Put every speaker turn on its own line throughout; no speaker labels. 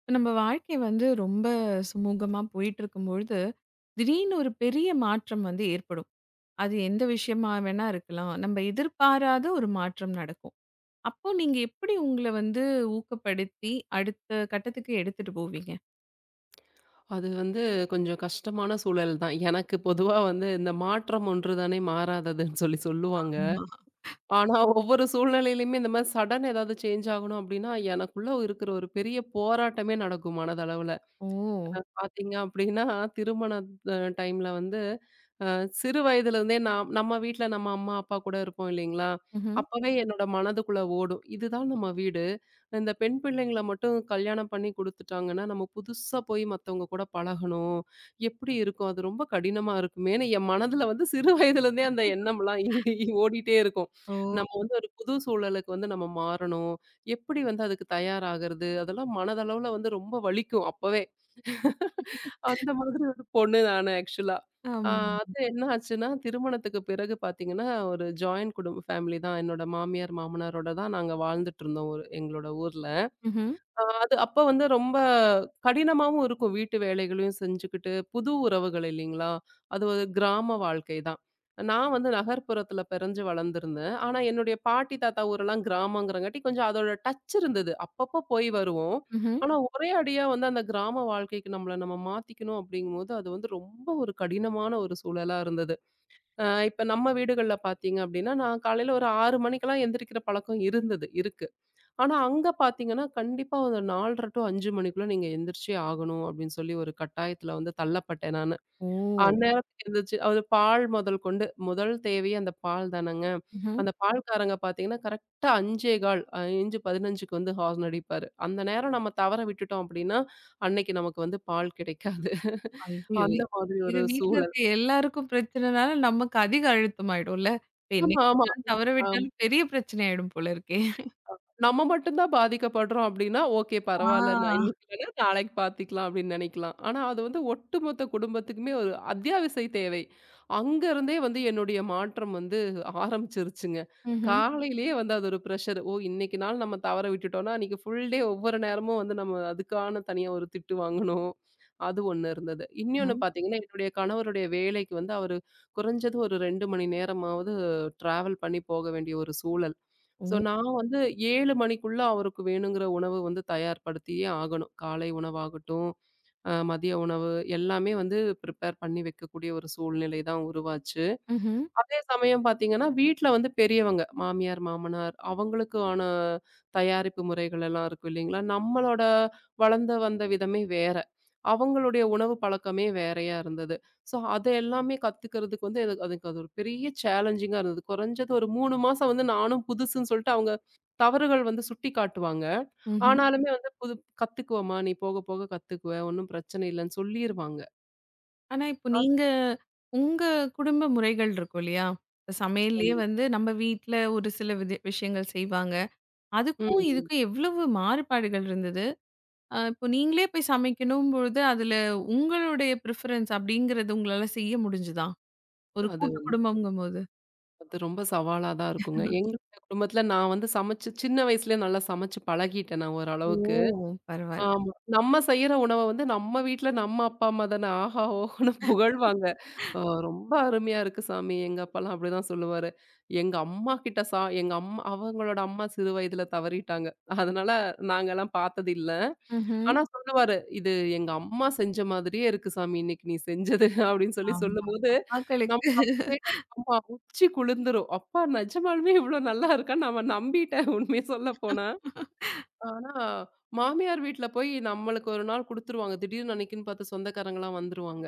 இப்ப நம்ம வாழ்க்கை வந்து ரொம்ப சுமூகமா போயிட்டு இருக்கும்பொழுது, திடீர்னு ஒரு பெரிய மாற்றம் வந்து ஏற்படும். அது எந்த விஷயமா வேணா இருக்கலாம். நம்ம எதிர்பாராத ஒரு மாற்றம் நடக்கும். அப்போ நீங்க எப்படி உங்கள வந்து ஊக்கப்படுத்தி அடுத்த கட்டத்துக்கு எடுத்துட்டு போவீங்க?
அது வந்து கொஞ்சம் கஷ்டமான சூழல் தான். எனக்கு பொதுவா வந்து இந்த மாற்றம் ஒன்று தானே மாறாததுன்னு சொல்லி சொல்லுவாங்க.
ஆமா.
ஆனா ஒவ்வொரு சூழ்நிலையிலயுமே இந்த மாரி சடன் ஏதாவது சேஞ்ச் ஆகணும் அப்டின்னா, எனக்குள்ள இருக்கிற ஒரு பெரிய போராட்டமே நடக்கும் மனதளவுல.
ஓ!
பார்த்தீங்க அப்டின்னா, திருமண டைம்ல வந்து அ சிறு வயதிலிருந்தே நாம் நம்ம வீட்ல நம்ம அம்மா, அப்பா கூட இருப்போம் இல்லைங்களா?
ம்ஹ்ம்.
அப்பவே என்னோட மனதுக்குள்ள ஓடும். இதுதான் நம்ம வீடு. இந்த பெண் பிள்ளைங்கள மட்டும் கல்யாணம் பண்ணி குடுத்துட்டாங்கன்னா, நம்ம புதுசா போய் மத்தவங்க கூட பழகணும். எப்படி இருக்கும்? அது ரொம்ப கடினமா இருக்குமேன்னு என் மனதுல வந்து சிறு வயதிலிருந்தே அந்த எண்ணம்லாம் ஓடிட்டே இருக்கும்.
ஓ!
நம்ம வந்து ஒரு புது சூழலுக்கு வந்து நம்ம மாறணும். எப்படி வந்து அதுக்கு தயாராகறது? அதெல்லாம் மனதளவுல வந்து ரொம்ப வலிக்கும் அப்பவே. அந்த மாதிரி ஒரு பொண்ணு நானு ஆக்சுவலா. ஆ
ஆம்.
அது என்ன ஆச்சுன்னா, திருமணத்துக்கு பிறகு பார்த்தீங்கன்னா, ஒரு ஜாயிண்ட் குடும்ப ஃபேமிலி தான். என்னோட மாமியார், மாமனாரோட தான் நாங்க வாழ்ந்துட்டுருந்தோம் ஒரு எங்களோட ஊர்ல.
ம்ஹ்ம்.
அது அப்ப வந்து ரொம்ப கடினமாவும் இருக்கும். வீட்டு வேலைகளையும் செஞ்சுக்கிட்டு, புது உறவுகள் இல்லைங்களா? அது ஒரு கிராம வாழ்க்கை தான். நான் வந்து நகர்ப்புறத்துல பிறந்து வளர்ந்திருந்தேன். ஆனா, என்னுடைய பாட்டி, தாத்தா ஊரெல்லாம் கிராமங்கிறங்காட்டி கொஞ்சம் அதோட டச் இருந்தது. அப்பப்போ போய் வருவோம்.
ம்ஹ்ம்.
ஆனா, ஒரே அடியா வந்து அந்த கிராம வாழ்க்கைக்கு நம்மள நம்ம மாத்திக்கணும் அப்படிங்கும்போது, அது வந்து ரொம்ப ஒரு கடினமான ஒரு சூழலா இருந்தது. அ இப்ப நம்ம வீடுகள்ல பார்த்தீங்க அப்படின்னா, நான் காலையில ஒரு 6 மணிக்கெல்லாம் எந்திரிக்கிற பழக்கம் இருந்தது. இருக்கு. ஆனா, அங்க பாத்தீங்கன்னா, கண்டிப்பா ஒரு 4:30 டூ 5 மணிக்குள்ள நீங்க எந்திரிச்சே ஆகணும் அப்படின்னு சொல்லி ஒரு கட்டாயத்துல வந்து தள்ளப்பட்டேன் நானு.
ஓ!
அந்நேரத்துக்கு எந்திரிச்சு அது பால் முதல் கொண்டு முதல் தேவையே அந்த பால் தானங்க.
ம்ஹ்ம்.
அந்த பால்காரங்க பாத்தீங்கன்னா, கரெக்ட்டா 5:15 5:15க்கு வந்து ஹார்ன் அடிப்பாரு. அந்த நேரம் நம்ம தவற விட்டுட்டோம் அப்படின்னா, அன்னைக்கு நமக்கு வந்து பால் கிடைக்காது.
ஐயயோ!
அந்த மாதிரி
இது
ஒரு
வீட்ல
சூழல்.
இருக்க எல்லாருக்கும் பிரச்சனைனால நமக்கு அதிக அழுத்தமாயிடும்ல. இப்ப
ஆமா,
என்னைக்கு ஒரு
ஆமா.
நாள் தவற விட்டாலும் பெரிய பிரச்சனை ஆயிடும் போல இருக்கே!
நம்ம மட்டும் தான் பாதிக்கப்படுறோம் அப்படின்னா, ஓகே பரவால்ல. நான்
ஆ.
இன்னைக்கு இல்லன்னா நாளைக்கு பார்த்துக்கலாம் அப்படின்னு நெனைக்கலாம். ஆனா, அது வந்து ஒட்டுமொத்த குடும்பத்துக்குமே ஒரு அத்தியாவசிய தேவை. அங்க இருந்தே வந்து என்னுடைய மாற்றம் வந்து ஆரம்பிச்சிருச்சுங்க.
ம்ஹ்ம்.
காலையிலேயே வந்து அது ஒரு பிரஷர். ஓ! இன்னைக்கு நாள் நம்ம தவற விட்டுட்டோம்னா, அன்னைக்கு ஃபுல் டே ஒவ்வொரு நேரமும் வந்து நம்ம அதுக்கான தனியா ஒரு திட்டு வாங்கணும். அது ஒண்ணு இருந்தது. இன்னொன்னு
ம்ஹ்ம்.
பார்த்தீங்கன்னா, என்னுடைய கணவருடைய வேலைக்கு வந்து அவரு குறைஞ்சது ஒரு 2 மணி நேரமாவது டிராவல் பண்ணி போக வேண்டிய ஒரு சூழல்.
ஓ!
ஸோ நான் வந்து 7 மணிக்குள்ள அவருக்கு வேணுங்கிற உணவு வந்து தயார்படுத்தியே ஆகணும். காலை உணவாகட்டும், மதிய உணவு எல்லாமே வந்து பிரிப்பேர் பண்ணி வைக்கக்கூடிய ஒரு சூழ்நிலை தான் உருவாச்சு.
ம்ஹ்ம்.
அதே சமயம் பார்த்தீங்கன்னா, வீட்ல வந்து பெரியவங்க மாமியார், மாமனார் அவங்களுக்கான தயாரிப்பு முறைகள் எல்லாம் இருக்கும் இல்லைங்களா? நம்மளோட வளர்ந்து வந்த விதமே வேற. அவங்களுடைய உணவு பழக்கமே வேறையா இருந்தது. ஸோ அத எல்லாமே கத்துக்கிறதுக்கு வந்து எனக்கு அதுக்கு அது ஒரு பெரிய சேலஞ்சிங்கா இருந்தது. குறைஞ்சது ஒரு 3 மாசம் வந்து நானும் புதுசுன்னு சொல்லிட்டு அவங்க தவறுகள் வந்து சுட்டி காட்டுவாங்க.
ம்ஹ்ம்.
ஆனாலுமே வந்து புது "கத்துக்குவம்மா, நீ போக போக கத்துக்குவ. ஒண்ணும் பிரச்சனை இல்லன்னு" சொல்லிருவாங்க.
ஆனா, இப்போ நீங்க உங்க குடும்ப முறைகள் இருக்கும் இல்லையா? இப்ப சமையல்லயே
கண்டிப்
வந்து நம்ம வீட்ல ஒரு சில விதி விஷயங்கள் செய்வாங்க.
ம்,
அதுக்கும்
ம்.
இதுக்கும் எவ்வளவு மாறுபாடுகள் இருந்தது? இப்போ நீங்களே போய் சமைக்கணும் பொழுது, அதுல உங்களுடைய பிரிஃபரன்ஸ் அப்படிங்கிறது உங்களால செய்ய முடிஞ்சுதா? ஒரு
அது
கூட்டு குடும்பம்ங்கும்போது?
அது ரொம்ப சவாலா தான் இருக்குங்க. எங்களுடைய குடும்பத்தில நான் வந்து சமைச்சு சின்ன வயசுலயே நல்லா சமைச்சு பழகிட்டேன் நான்
ஓ!
ஓரளவுக்கு.
பரவால்ல.
ஆமா. நம்ம செய்யற உணவ வந்து நம்ம வீட்ல நம்ம அப்பா, அம்மா தானே ஆஹா! ஓஹோன்னு புகழ்வாங்க. அ ரொம்ப அருமையா இருக்கு சாமி. எங்க அப்பாலாம் அப்படிதான் சொல்லுவாரு. எங்க அம்மா கிட்ட எங்க அம்மா அவங்களோட அம்மா சிறு வயதில தவறிட்டாங்க. அதனால நாங்கலாம் பார்த்தது இல்ல.
ம்ஹ்ம்.
ஆனா சொல்லுவாரு, "இது எங்க அம்மா செஞ்ச மாதிரியே இருக்கு சாமி இன்னைக்கு நீ செஞ்சது" அப்படின்னு சொல்லி
ஆமா.
சொல்லும்போது, நம்ம
மகளுக்கு.
அப்பவே ஆமா உச்சி குளிர்ந்துரும். அப்பா நிஜமாலுமே இவ்வளோ நல்லா இருக்கான்னு நம்ம நம்பிட்டேன் உண்மைய சொல்ல போனா. ஆனா, மாமியார் வீட்ல போய் நம்மளுக்கு ஒரு நாள் குடுத்துருவாங்க. திடீர்னு அன்னைக்குன்னு பார்த்து சொந்தக்காரங்கலாம் வந்துருவாங்க.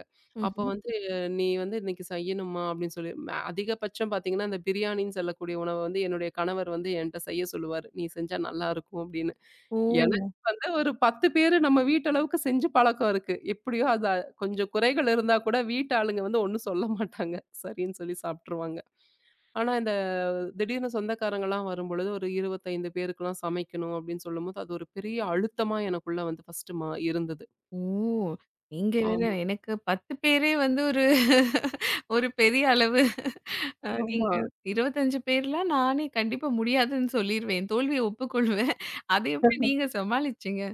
அப்ப
ம்ஹ்ம்.
வந்து "நீ வந்து இன்னைக்கு செய்யணும்மா" அப்படின்னு சொல்லி அதிகபட்சம் பார்த்தீங்கன்னா, அந்த பிரியாணின்னு சொல்லக்கூடிய உணவ வந்து என்னுடைய கணவர் வந்து என்ட்ட செய்ய சொல்லுவாரு. "நீ செஞ்சா நல்லாருக்கும்" அப்படின்னு. எனக்கு
ஓ!
வந்து ஒரு 10 பேரு நம்ம வீட்டளவுக்கு செஞ்சு பழக்கம் இருக்கு. எப்படியோ அது கொஞ்சம் குறைகள் இருந்தா கூட வீட்டு ஆளுங்க வந்து ஒண்ணும் சொல்ல மாட்டாங்க. சரின்னு சொல்லி சாப்ட்டுருவாங்க. ஆனா, இந்த திடீர்னு சொந்தக்காரங்கலாம் வரும்பொழுது, ஒரு 25 பேருக்குலாம் சமைக்கணும் அப்படின்னு சொல்லும்போது, அது ஒரு பெரிய அழுத்தமா எனக்குள்ள வந்து ஃபர்ஸ்ட்டு மா இருந்தது.
ஓ! நீங்க வேற
ஆமா,
எனக்கு 10 பேரே வந்து ஒரு ஒரு பெரிய அளவு நீங்க
ஆமா.
25 பேர்லாம் நானே கண்டிப்பா முடியாதுன்னு சொல்லிருவேன். தோல்விய ஒப்புக்கொள்வேன். அத எப்படி நீங்க சமாளிச்சீங்க?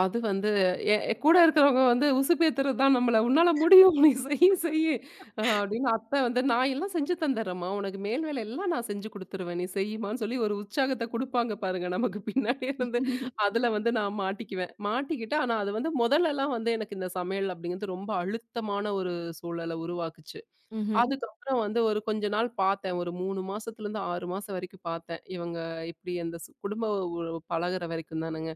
அது வந்து என் கூட இருக்கிறவங்க வந்து உசுப்பேத்துறது தான் நம்மள. "உன்னால முடியும். நீ செய்யி செய்யி" அப்படின்னு அத்தை வந்து, "நான் எல்லாம் செஞ்சு தந்துர்றேம்மா. உனக்கு மேல் வேலை எல்லாம் நான் செஞ்சு குடுத்துருவேன். நீ செய்யுமான்னு" சொல்லி ஒரு உற்சாகத்த குடுப்பாங்க பாருங்க நமக்கு பின்னாடி இருந்து. அதுல வந்து நான் மாட்டிக்குவேன். மாட்டிக்கிட்டு ஆனா அது வந்து முதல்லலாம் வந்து எனக்கு இந்த சமையல் அப்படிங்கிறது ரொம்ப அழுத்தமான ஒரு சூழல உருவாக்குச்சு.
ம்ஹ்ம்.
அதுக்கப்புறம் வந்து ஒரு கொஞ்ச நாள் பார்த்தேன். ஒரு 3 மாசத்துலேருந்து 6 மாசம் வரைக்கும் பார்த்தேன். இவங்க இப்படி அந்த குடும்ப உறவு பழகுற வரைக்கும் தானங்க.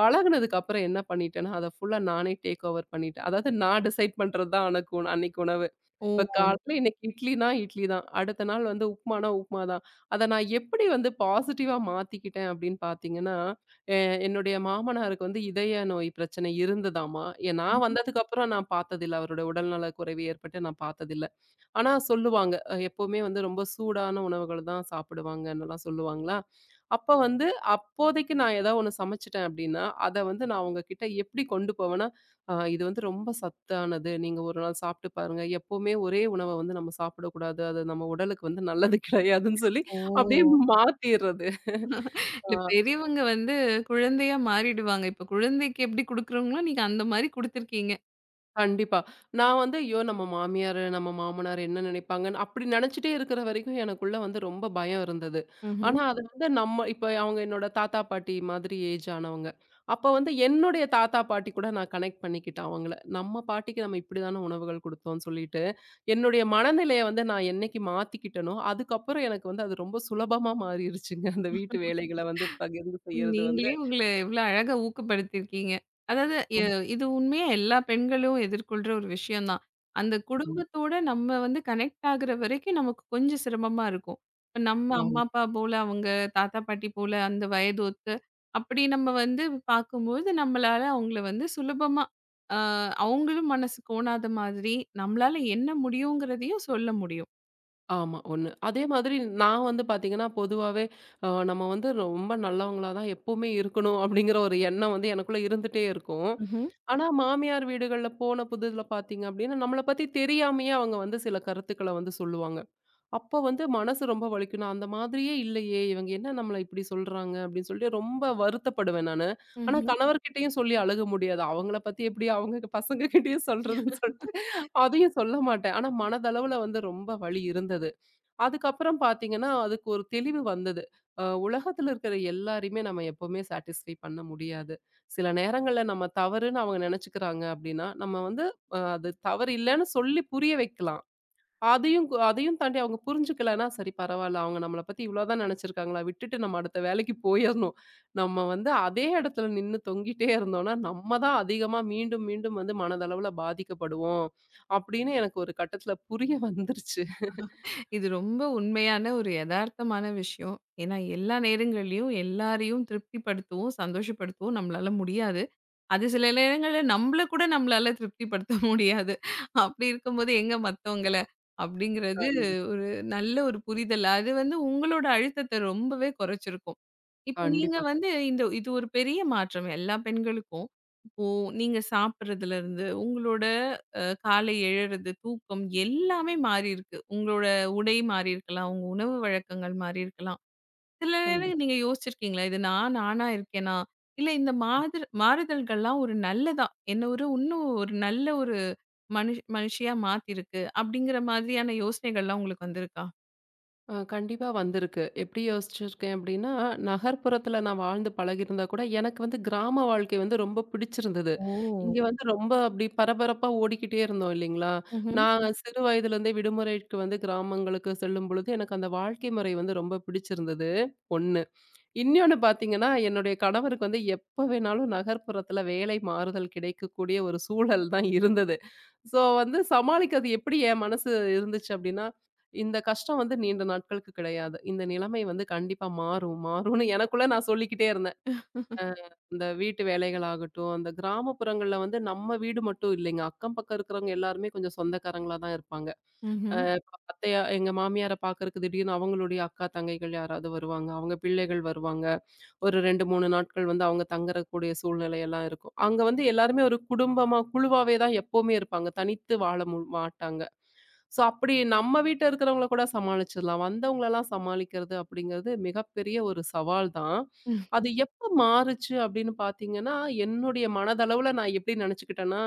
பழகுனதுக்கு அப்புறம் என்ன பண்ணிட்டேன்னா, அத ஃபுல்லா நானே டேக் ஓவர் பண்ணிட்டேன். அதாவது நான் டிசைட் பண்றது தான் அனக்கு உண அன்னைக்கு உணவு.
ஓ!
இப்ப காலையில இன்னைக்கு இட்லினா இட்லி தான். அடுத்த நாள் வந்து உப்புமானா உப்புமா தான். அத நான் எப்படி வந்து பாசிட்டிவா மாத்திக்கிட்டேன் அப்படின்னு பார்த்தீங்கன்னா, எ என்னுடைய மாமனாருக்கு வந்து இதய நோய் பிரச்சனை இருந்ததாமா. ஏ நான்
ம்ஹ்ம்.
வந்ததுக்கு அப்புறம் நான் பார்த்ததில்ல. அவருடைய உடல்நல குறைவு ஏற்பட்டு நான் பார்த்ததில்ல. ஆனா சொல்லுவாங்க. எப்பவுமே வந்து ரொம்ப சூடான உணவுகள் தான் சாப்பிடுவாங்கன்னுலாம் சொல்லுவாங்களா, அப்ப வந்து அப்போதைக்கு நான் ஏதாவது ஒண்ணு சமைச்சுட்டேன் அப்டின்னா, அத வந்து நான் அவங்க கிட்ட எப்டி கொண்டு போவேன்னா, இது வந்து ரொம்ப சத்தானது. நீங்க ஒரு நாள் சாப்ட்டு பாருங்க. எப்பவுமே ஒரே உணவ வந்து நம்ம சாப்பிடக்கூடாது. அது நம்ம உடலுக்கு வந்து நல்லது கிடையாதுன்னு" சொல்லி
ஓ!
அப்டியே மாத்திர்றது.
இல்ல
ஆ.
பெரியவங்க வந்து குழந்தையா மாறிடுவாங்க. இப்ப குழந்தைக்கு எப்படி குடுக்குறோங்களோ, நீங்க அந்த மாரி குடுத்துருக்கீங்க.
கண்டிப்பா. நான் வந்து, ஐயோ! நம்ம மாமியாரு, நம்ம மாமனார் என்ன நினைப்பாங்கன்னு அப்படி நினைச்சுட்டே இருக்கிற வரைக்கும் எனக்குள்ள வந்து ரொம்ப பயம் இருந்தது.
ம்ஹ்ம்.
ஆனா, அது வந்து நம்ம இப்ப அவங்க என்னோட தாத்தா, பாட்டி மாதிரி ஏஜ் ஆனவங்க. அப்ப வந்து என்னுடைய தாத்தா, பாட்டி கூட நான் கனெக்ட் பண்ணிக்கிட்டேன் அவங்கள. நம்ம பாட்டிக்கு நம்ம இப்படிதான உணவுகள் குடுத்தோம்னு சொல்லிட்டு, என்னுடைய மனநிலைய வந்து நான் என்னைக்கு மாத்திக்கிட்டேனோ, அதுக்கப்புறம் எனக்கு வந்து அது ரொம்ப சுலபமா மாறிருச்சுங்க. அந்த வீட்டு வேலைகள வந்து பகிர்ந்து செய்யறது வந்து.
நீங்களே உங்கள இவ்ளோ அழகா ஊக்கப்படுத்தியிருக்கீங்க. அதாவது, எ
ஆமா.
இது உண்மையா எல்லா பெண்களும் எதிர்கொள்ற ஒரு விஷயம் தான். அந்த
ம்.
குடும்பத்தோட நம்ம வந்து கனெக்ட் ஆகுற வரைக்கும் நமக்கு கொஞ்சம் சிரமமா இருக்கும். இப்ப நம்ம
ஆமா.
அம்மா, அப்பா போல, அவங்க தாத்தா, பாட்டி போல அந்த வயது ஒத்து அப்படி நம்ம வந்து பார்க்கும்போது நம்மளால அவங்கள வந்து சுலபமா, அ அவங்களும் மனசு கோணாத மாதிரி நம்மளால என்ன முடியுங்கிறதையும் சொல்ல முடியும்.
ஆமா, 1. அதே மாதிரி நான் வந்து பார்த்தீங்கன்னா, பொதுவாவே நம்ம வந்து ரொம்ப நல்லவங்களா தான் எப்பவுமே இருக்கணும் அப்படிங்கிற ஒரு எண்ணம் வந்து எனக்குள்ள இருந்துட்டே இருக்கும். ஆனா, மாமியார் வீடுகள்ல போன புதுல பார்த்தீங்க அப்படின்னா, நம்மள பத்தி தெரியாமயே அவங்க வந்து சில கருத்துக்கள வந்து சொல்லுவாங்க. அப்ப வந்து மனசு ரொம்ப வலிக்கும். "நான் அந்த மாதிரியே இல்லையே, இவங்க என்ன நம்மள இப்படி சொல்றாங்க?" அப்படின்னு சொல்லிட்டு ரொம்ப வருத்தப்படுவேன் நானு. ஆனா,
ம்ஹ்ம்.
கணவர்கிட்டயும் சொல்லி அழுக முடியாது. அவங்கள பத்தி எப்படி அவங்க பசங்ககிட்டயும் சொல்றதுன்னு சொல்லிட்டு அதையும் சொல்ல மாட்டேன். ஆனா, மனதளவுல வந்து ரொம்ப வலி இருந்தது. அதுக்கப்புறம் பார்த்தீங்கன்னா, அதுக்கு ஒரு தெளிவு வந்தது. உலகத்துல இருக்கிற எல்லாரையுமே நம்ம எப்பவுமே சாட்டிஸ்ஃபை பண்ண முடியாது. சில நேரங்கள்ல நம்ம தவறுன்னு அவங்க நெனச்சுக்கிறாங்க அப்டின்னா, நம்ம வந்து அது தவறு இல்லன்னு சொல்லி புரிய வைக்கலாம். அதையும் தாண்டி அவங்க புரிஞ்சுக்கலன்னா, சரி பரவால்ல. அவங்க நம்மள பத்தி இவ்ளோதான் நெனச்சிருக்காங்களா? விட்டுட்டு நம்ம அடுத்த வேலைக்கு போயிறணும். நம்ம வந்து அதே இடத்துல நின்னு தொங்கிட்டே இருந்தோம்னா, நம்ம தான் அதிகமா மீண்டும், மீண்டும் வந்து மனதளவுல பாதிக்கப்படுவோம். அப்டின்னு எனக்கு ஒரு கட்டத்துல புரிய வந்துருச்சு.
இது ரொம்ப உண்மையான ஒரு எதார்த்தமான விஷயம். ஏன்னா, எல்லா நேரங்கள்லயும் எல்லாரையும் திருப்திப்படுத்தவும், சந்தோஷப்படுத்தவும் நம்மளால முடியாது. அது சில நேரங்கள்ல நம்மள கூட நம்மளால திருப்திப்படுத்த முடியாது. அப்படி இருக்கும்போது எங்க மத்தவங்கள? அப்படிங்கிறது ஒரு நல்ல ஒரு புரிதல். அது வந்து உங்களோட அழுத்தத்த ரொம்பவே குறைச்சிருக்கும். இப்ப நீங்க
கண்டிப்பா.
வந்து இந்த இது ஒரு பெரிய மாற்றம் எல்லா பெண்களுக்கும். இப்போ நீங்க சாப்பிடுறதுல இருந்து, உங்களோட காலை எழுறது, தூக்கம் எல்லாமே மாறியிருக்கு. உங்களோட உடை மாறியிருக்கலாம். உங்க உணவு வழக்கங்கள் மாறியிருக்கலாம். சில
கண்டி
நேரம் நீங்க யோசிச்சிருக்கீங்களா? இது நான் நானா இருக்கேனா? இல்ல இந்த மாதிரி மாறுதல்கள்லாம் ஒரு நல்லதா? என்ன ஒரு இன்னும் ஒரு நல்ல ஒரு மனுஷியா மாத்திருக்கு. அப்படிங்கிற மாதிரியான யோசனைகள்லாம் உங்களுக்கு வந்திருக்கா?
கண்டிப்பா வந்திருக்கு. எப்படி யோசிச்சிருக்கேன் அப்படின்னா, நகர்ப்புறத்துல நான் வாழ்ந்து பழகியிருந்தா கூட, எனக்கு வந்து கிராம வாழ்க்கை வந்து ரொம்ப பிடிச்சிருந்தது.
ஓ!
இங்க வந்து ரொம்ப அப்படி பரபரப்பா ஓடிக்கிட்டே இருந்தோம் இல்லைங்களா?
ம்ஹ்ம்.
நான் சிறு வயதிலிருந்தே விடுமுறைக்கு வந்து கிராமங்களுக்கு செல்லும்பொழுது, எனக்கு அந்த வாழ்க்கை முறை வந்து ரொம்ப பிடிச்சிருந்தது. 1 இன்னொன்னு பார்த்தீங்கன்னா, என்னுடைய கணவருக்கு வந்து எப்ப வேணாலும் நகர்ப்புறத்துல வேலை மாறுதல் கிடைக்கக்கூடிய ஒரு சூழல் தான் இருந்தது. ஸோ வந்து சமாளிக்கிறது எப்படி என் மனசு இருந்துச்சு அப்டின்னா, இந்த கஷ்டம் வந்து நீண்ட நாட்களுக்கு கிடையாது. இந்த நிலைமை வந்து கண்டிப்பா மாறும், மாறும்னு எனக்குள்ள நான் சொல்லிக்கிட்டே இருந்தேன். அ இந்த வீட்டு வேலைகள் ஆகட்டும், அந்த கிராமப்புறங்கள்ல வந்து நம்ம வீடு மட்டும் இல்லைங்க. அக்கம் பக்கம் இருக்கிறவங்க எல்லாருமே கொஞ்சம் சொந்தக்காரங்களா தான் இருப்பாங்க.
ம்ஹ்ம்.
இப்ப அத்தையா எங்க மாமியார பார்க்கறக்கு திடீர்னு அவங்களுடைய அக்கா, தங்கைகள் யாராவது வருவாங்க. அவங்க பிள்ளைகள் வருவாங்க. ஒரு 2, 3 நாட்கள் வந்து அவங்க தங்கக்கூடிய சூழ்நிலை எல்லாம் இருக்கும். அங்க வந்து எல்லாருமே ஒரு குடும்பமா, குழுவாவே தான் எப்பவுமே இருப்பாங்க. தனித்து வாழ மாட்டாங்க. ஸோ அப்படி நம்ம வீட்ல இருக்கிறவங்கள கூட சமாளிச்சிடலாம். வந்தவங்களலாம் சமாளிக்கிறது அப்படிங்கிறது மிகப்பெரிய ஒரு சவால் தான்.
ம்.
அது எப்ப மாறுச்சு அப்படின்னு பார்த்தீங்கன்னா, என்னுடைய மனதளவுல நான் எப்படி நெனச்சுக்கிட்டேன்னா,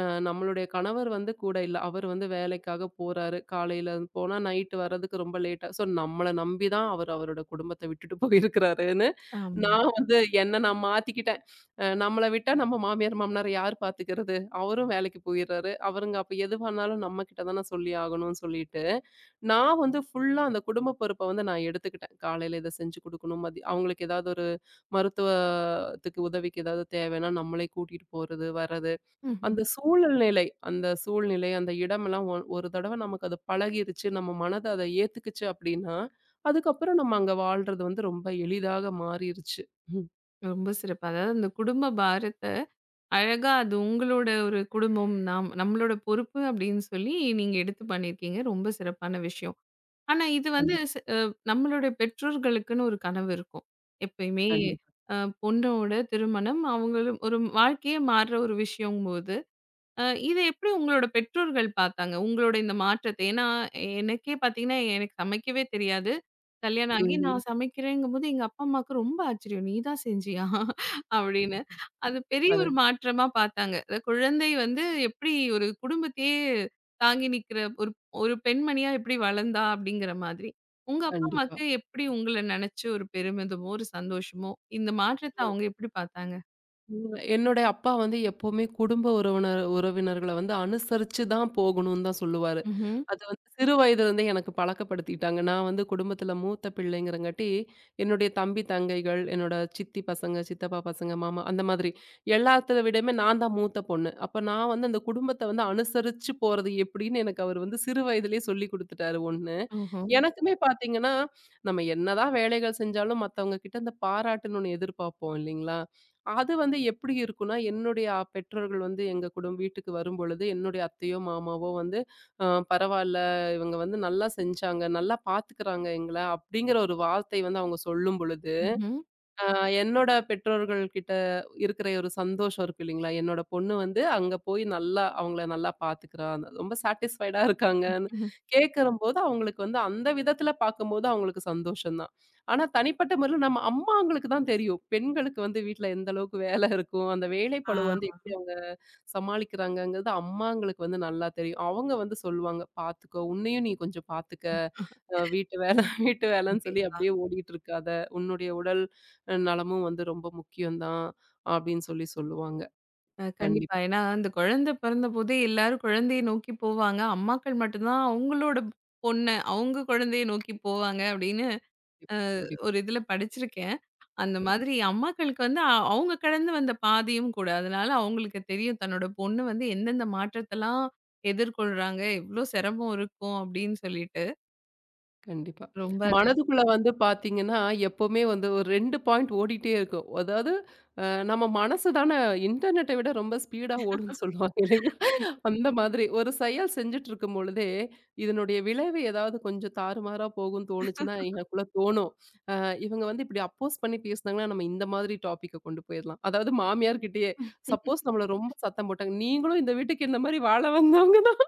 நம்மளுடைய கணவர் வந்து கூட இல்ல. அவர் வந்து வேலைக்காக போறாரு. காலையில போனா நைட் வர்றதுக்கு ரொம்ப லேட்டா ஸோ நம்மள நம்பி தான் அவர் அவரோட குடும்பத்த விட்டுட்டு போயிருக்கிறாருன்னு,
ஆமா.
நான் வந்து என்ன நான் மாத்திக்கிட்டேன். நம்மள விட்டா நம்ம மாமியார், மாமனார யார் பார்த்துக்கிறது? அவரும் வேலைக்கு போயிறாரு. அவருங்க அப்ப எதுவானாலும் நம்ம கிட்ட தான சொல்லி ஆகணும்னு சொல்லிட்டு, நான் வந்து ஃபுல்லா அந்த குடும்ப பொறுப்ப வந்து நான் எடுத்துக்கிட்டேன். காலையில இத செஞ்சு குடுக்கணும். அவங்களுக்கு ஏதாவது ஒரு மருத்துவத்துக்கு உதவிக்கு ஏதாவது தேவைன்னா, நம்மளே கூட்டிட்டு போறது, வர்றது.
ம்ஹ்ம்.
அந்த சூழ்நிலை அந்த சூழ்நிலை, அந்த இடமெல்லாம் ஒரு தடவ நமக்கு அது பழகிருச்சு, நம்ம மனது அத ஏத்துக்குச்சு அப்டின்னா, அதுக்கப்புறம் நம்ம அங்க வாழ்றது வந்து ரொம்ப எளிதாக மாறிருச்சு. ம்.
ரொம்ப சிறப்பு. அதாவது, அந்த குடும்ப பாரத்த அழகா அது உங்களோட ஒரு குடும்பம், நாம் நம்மளோட பொறுப்பு அப்படின்னு சொல்லி நீங்க எடுத்து பண்ணியிருக்கீங்க. ரொம்ப சிறப்பான விஷயம். ஆனா, இது வந்து
கண்டிப்பா,
ஸ் அ நம்மளுடைய பெற்றோர்களுக்குன்னு ஒரு கனவு இருக்கும். எப்பயுமே
கண்டிப்பா.
அ பொண்ணோட திருமணம் அவங்களும் ஒரு வாழ்க்கையே மாறுற ஒரு விஷயங்கும்போது, அ இத எப்படி உங்களோட பெற்றோர்கள் பார்த்தாங்க? உங்களோட இந்த மாற்றத்த? ஏன்னா, எனக்கே பார்த்தீங்கன்னா, எனக்கு சமைக்கவே தெரியாது. கல்யாணம் ஆகி ம்.
ம்ஹ்ம்.
நான் சமைக்கிறேங்கும்போது, எங்க அப்பா, அம்மாவுக்கு ரொம்ப ஆச்சரியம். "நீ தான் செஞ்சியா?" அப்படின்னு. அது பெரிய
அது
ஒரு மாற்றமா பார்த்தாங்க. குழந்தை வந்து எப்படி ஒரு குடும்பத்தையே தாங்கி நிக்கிற ஒரு ஒரு பெண்மணியா எப்படி வளர்ந்தா? அப்படிங்கிற மாதிரி. உங்க அப்பா,
கண்டிப்பா.
அம்மாவுக்கு எப்படி உங்கள நினைச்சு ஒரு பெருமிதமோ, ஒரு சந்தோஷமோ, இந்த மாற்றத்த அவங்க எப்படி பார்த்தாங்க?
ம். என்னோட அப்பா வந்து எப்பவுமே குடும்ப உறவினர்கள வந்து அனுசரிச்சு தான் போகணும்னு தான் சொல்லுவாரு.
ம்ஹ்ம்.
அது வந்து சிறு வயதிலிருந்தே எனக்கு பழக்கப்படுத்திட்டாங்க. நான் வந்து குடும்பத்தில மூத்த பிள்ளைங்கிறங்காட்டி, என்னுடைய தம்பி, தங்கைகள், என்னோட சித்தி பசங்க, சித்தப்பா பசங்க, மாமா அந்த மாதிரி எல்லாத்த விடயுமே நான் தான் மூத்த பொண்ணு. அப்ப நான் வந்து அந்த குடும்பத்த வந்து அனுசரிச்சு போறது எப்படின்னு எனக்கு அவர் வந்து சிறு வயதிலேயே சொல்லிக் குடுத்துட்டாரு ஒண்ணு. ம்.
ஓஹோ!
எனக்குமே பார்த்தீங்கன்னா, நம்ம என்னதான் வேலைகள் செஞ்சாலும் மத்தவங்க கிட்ட இந்த பாராட்டணும்னு எதிர்பார்ப்போம் இல்லைங்களா? அது வந்து எப்படி இருக்குன்னா, என்னுடைய பெற்றோர்கள் வந்து எங்க குடும் வீட்டுக்கு வரும்பொழுது, என்னுடைய அத்தையோ, மாமாவோ வந்து, "அ பரவால்ல, இவங்க வந்து நல்லா செஞ்சாங்க, நல்லா பாத்துக்கிறாங்க எங்கள" அப்படிங்கிற ஒரு வார்த்தை வந்து அவங்க சொல்லும் பொழுது,
ம்ஹ்ம்.
ஆ என்னோட பெற்றோர்கள் கிட்ட இருக்கிற ஒரு சந்தோஷம் இருக்கு இல்லைங்களா? என்னோட பொண்ணு வந்து அங்க போய் நல்லா அவங்கள நல்லா பார்த்துக்கிறா. ரொம்ப சாட்டிஸ்ஃபைடா இருக்காங்கன்னு
ம்ஹ்ம்.
கேட்கிறம்போது, அவங்களுக்கு வந்து அந்த விதத்தில பார்க்கும்போது அவங்களுக்கு சந்தோஷம் தான். ஆனா தனிப்பட்ட முறையில நம்ம அம்மாங்களுக்கு தான் தெரியும். பெண்களுக்கு வந்து வீட்ல எந்த அளவுக்கு வேலை இருக்கும். அந்த வேலைப்பளு வந்து
ஆ.
எப்படி அவங்க சமாளிக்கிறாங்கங்கிறது அம்மாங்களுக்கு வந்து நல்லா தெரியும். அவங்க வந்து சொல்லுவாங்க, "பார்த்துக்கோ! உன்னையும் நீ கொஞ்சம் பார்த்துக்க." அ வீட்டு வேல வீட்டு வேலைன்னு சொல்லி
கண்டிப்பா.
அப்படியே ஓடிட்டு இருக்காத. உன்னுடைய உடல் நலமும் வந்து ரொம்ப முக்கியம் தான். அப்படின்னு சொல்லி சொல்லுவாங்க.
கண்டிப்பா.
கண்டிப்பா,
ஏன்னா, அந்த குழந்தை பிறந்தபோதே எல்லாரும் குழந்தைய நோக்கி போவாங்க. அம்மாக்கள் மட்டும்தான் அவங்களோட பொண்ண, அவங்க குழந்தைய நோக்கி போவாங்க அப்படின்னு அ
கண்டிப்பா, கண்டிப்பா,
ஒரு இதுல படிச்சிருக்கேன். அந்த மாதிரி அம்மாக்களுக்கு வந்து அவங்க கடந்து வந்த பாதையும் கூட. அதனால அவங்களுக்கு தெரியும் தன்னோட பொண்ணு வந்து எந்தெந்த மாற்றத்தலாம் எதிர்கொள்றாங்க, எவ்ளோ சிரமம் இருக்கும் அப்படின்னு சொல்லிட்டு.
கண்டிப்பா.
ரொம்ப
மனதுக்குள்ள வந்து பார்த்தீங்கன்னா, எப்பவுமே வந்து ஒரு 2 பாயிண்ட் ஓடிட்டே இருக்கும். அதாவது அ நம்ம மனசு தானே இன்டர்நெட்ட விட ரொம்ப ஸ்பீடா ஓடும்ன்னு சொல்லுவாங்க இல்லைங்களா? அந்த மாதிரி ஒரு செயல் செஞ்சுட்டு இருக்கும் பொழுதே, இதனுடைய விளைவு ஏதாவது கொஞ்சம் தாறுமாறா போகும்ன்னு தோணுச்சுன்னா எனக்குள்ள தோணும். இவங்க வந்து இப்படி அப்போஸ் பண்ணி பேசுனாங்கன்னா, நம்ம இந்த மாதிரி டாபிக்க கொண்டு போயிரலாம். அதாவது மாமியார் கிட்டயே, சப்போஸ் நம்மள ரொம்ப சத்தம் போட்டாங்க. "நீங்களும் இந்த வீட்டுக்கு இந்த மாரி வாழ வந்தவங்க தான்"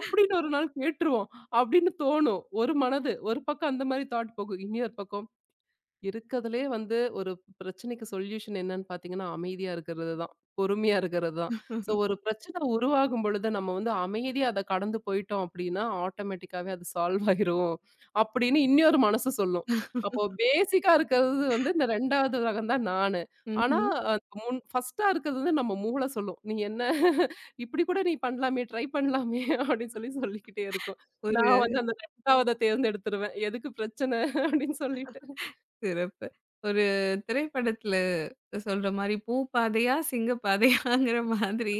அப்படின்னு ஒரு நாள் கேட்டுருவோம். அப்படின்னு தோணும். ஒரு மனது, ஒரு பக்கம் அந்த மாரி தாட் போகும். இனி ஒரு பக்கம் இருக்கறதுலயே வந்து ஒரு பிரச்சனைக்கு சொல்யூஷன் என்னன்னு பார்த்தீங்கன்னா, அமைதியா இருக்கிறது தான். பொறுமையா இருக்கிறது தான். ஸோ ஒரு பிரச்சனை உருவாகும் பொழுது நம்ம வந்து அமைதியா அத கடந்து போயிட்டோம் அப்டின்னா, ஆட்டோமேட்டிக்காவே அது சால்வ் ஆயிரும். அப்டின்னு இன்னொரு மனசு சொல்லும். அப்போ பேசிக்கா இருக்கிறது வந்து இந்த 2வது ரகம் தான் நானு. ஆனா
ம்ஹ்ம்.
அது முன் ஃபர்ஸ்ட்டா இருக்கிறது வந்து நம்ம மூளை சொல்லும். "நீ என்ன இப்டி கூட நீ பண்ணலாமே, ட்ரை பண்ணலாமே" அப்டின்னு சொல்லி சொல்லிக்கிட்டே இருக்கும்.
ஒரு
நான் வந்து அந்த 2வத தேர்ந்தெடுத்துருவேன். எதுக்கு பிரச்சனை அப்டின்னு சொல்லிட்டு.
சிறப்பு. ஒரு திரைப்படத்துல சொல்ற மாரி பூ பாதையா, சிங்க பாதையாங்கிற மாதிரி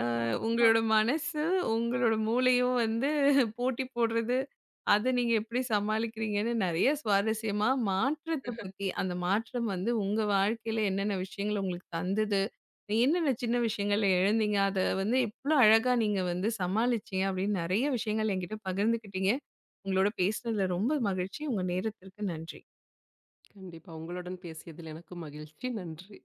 அ உங்களோட மனசு, உங்களோட மூளையும் வந்து போட்டி போடுறது, அத நீங்க எப்படி சமாளிக்கிறீங்கன்னு நெறைய சுவாரஸ்யமா மாற்றத்த பத்தி, அந்த மாற்றம் வந்து உங்க வாழ்க்கையில என்னென்ன விஷயங்கள் உங்களுக்கு தந்தது? என்னென்ன சின்ன விஷயங்கள்ல எழுந்தீங்க? அத வந்து எவ்ளோ அழகா நீங்க வந்து சமாளிச்சீங்க அப்படின்னு நெறைய விஷயங்கள் என்கிட்ட பகிர்ந்துக்கிட்டீங்க. உங்களோட பேசுனதுல ரொம்ப மகிழ்ச்சி. உங்க நேரத்திற்கு நன்றி.
கண்டிப்பா. உங்களுடன் பேசியதில் எனக்கும் மகிழ்ச்சி. நன்றி.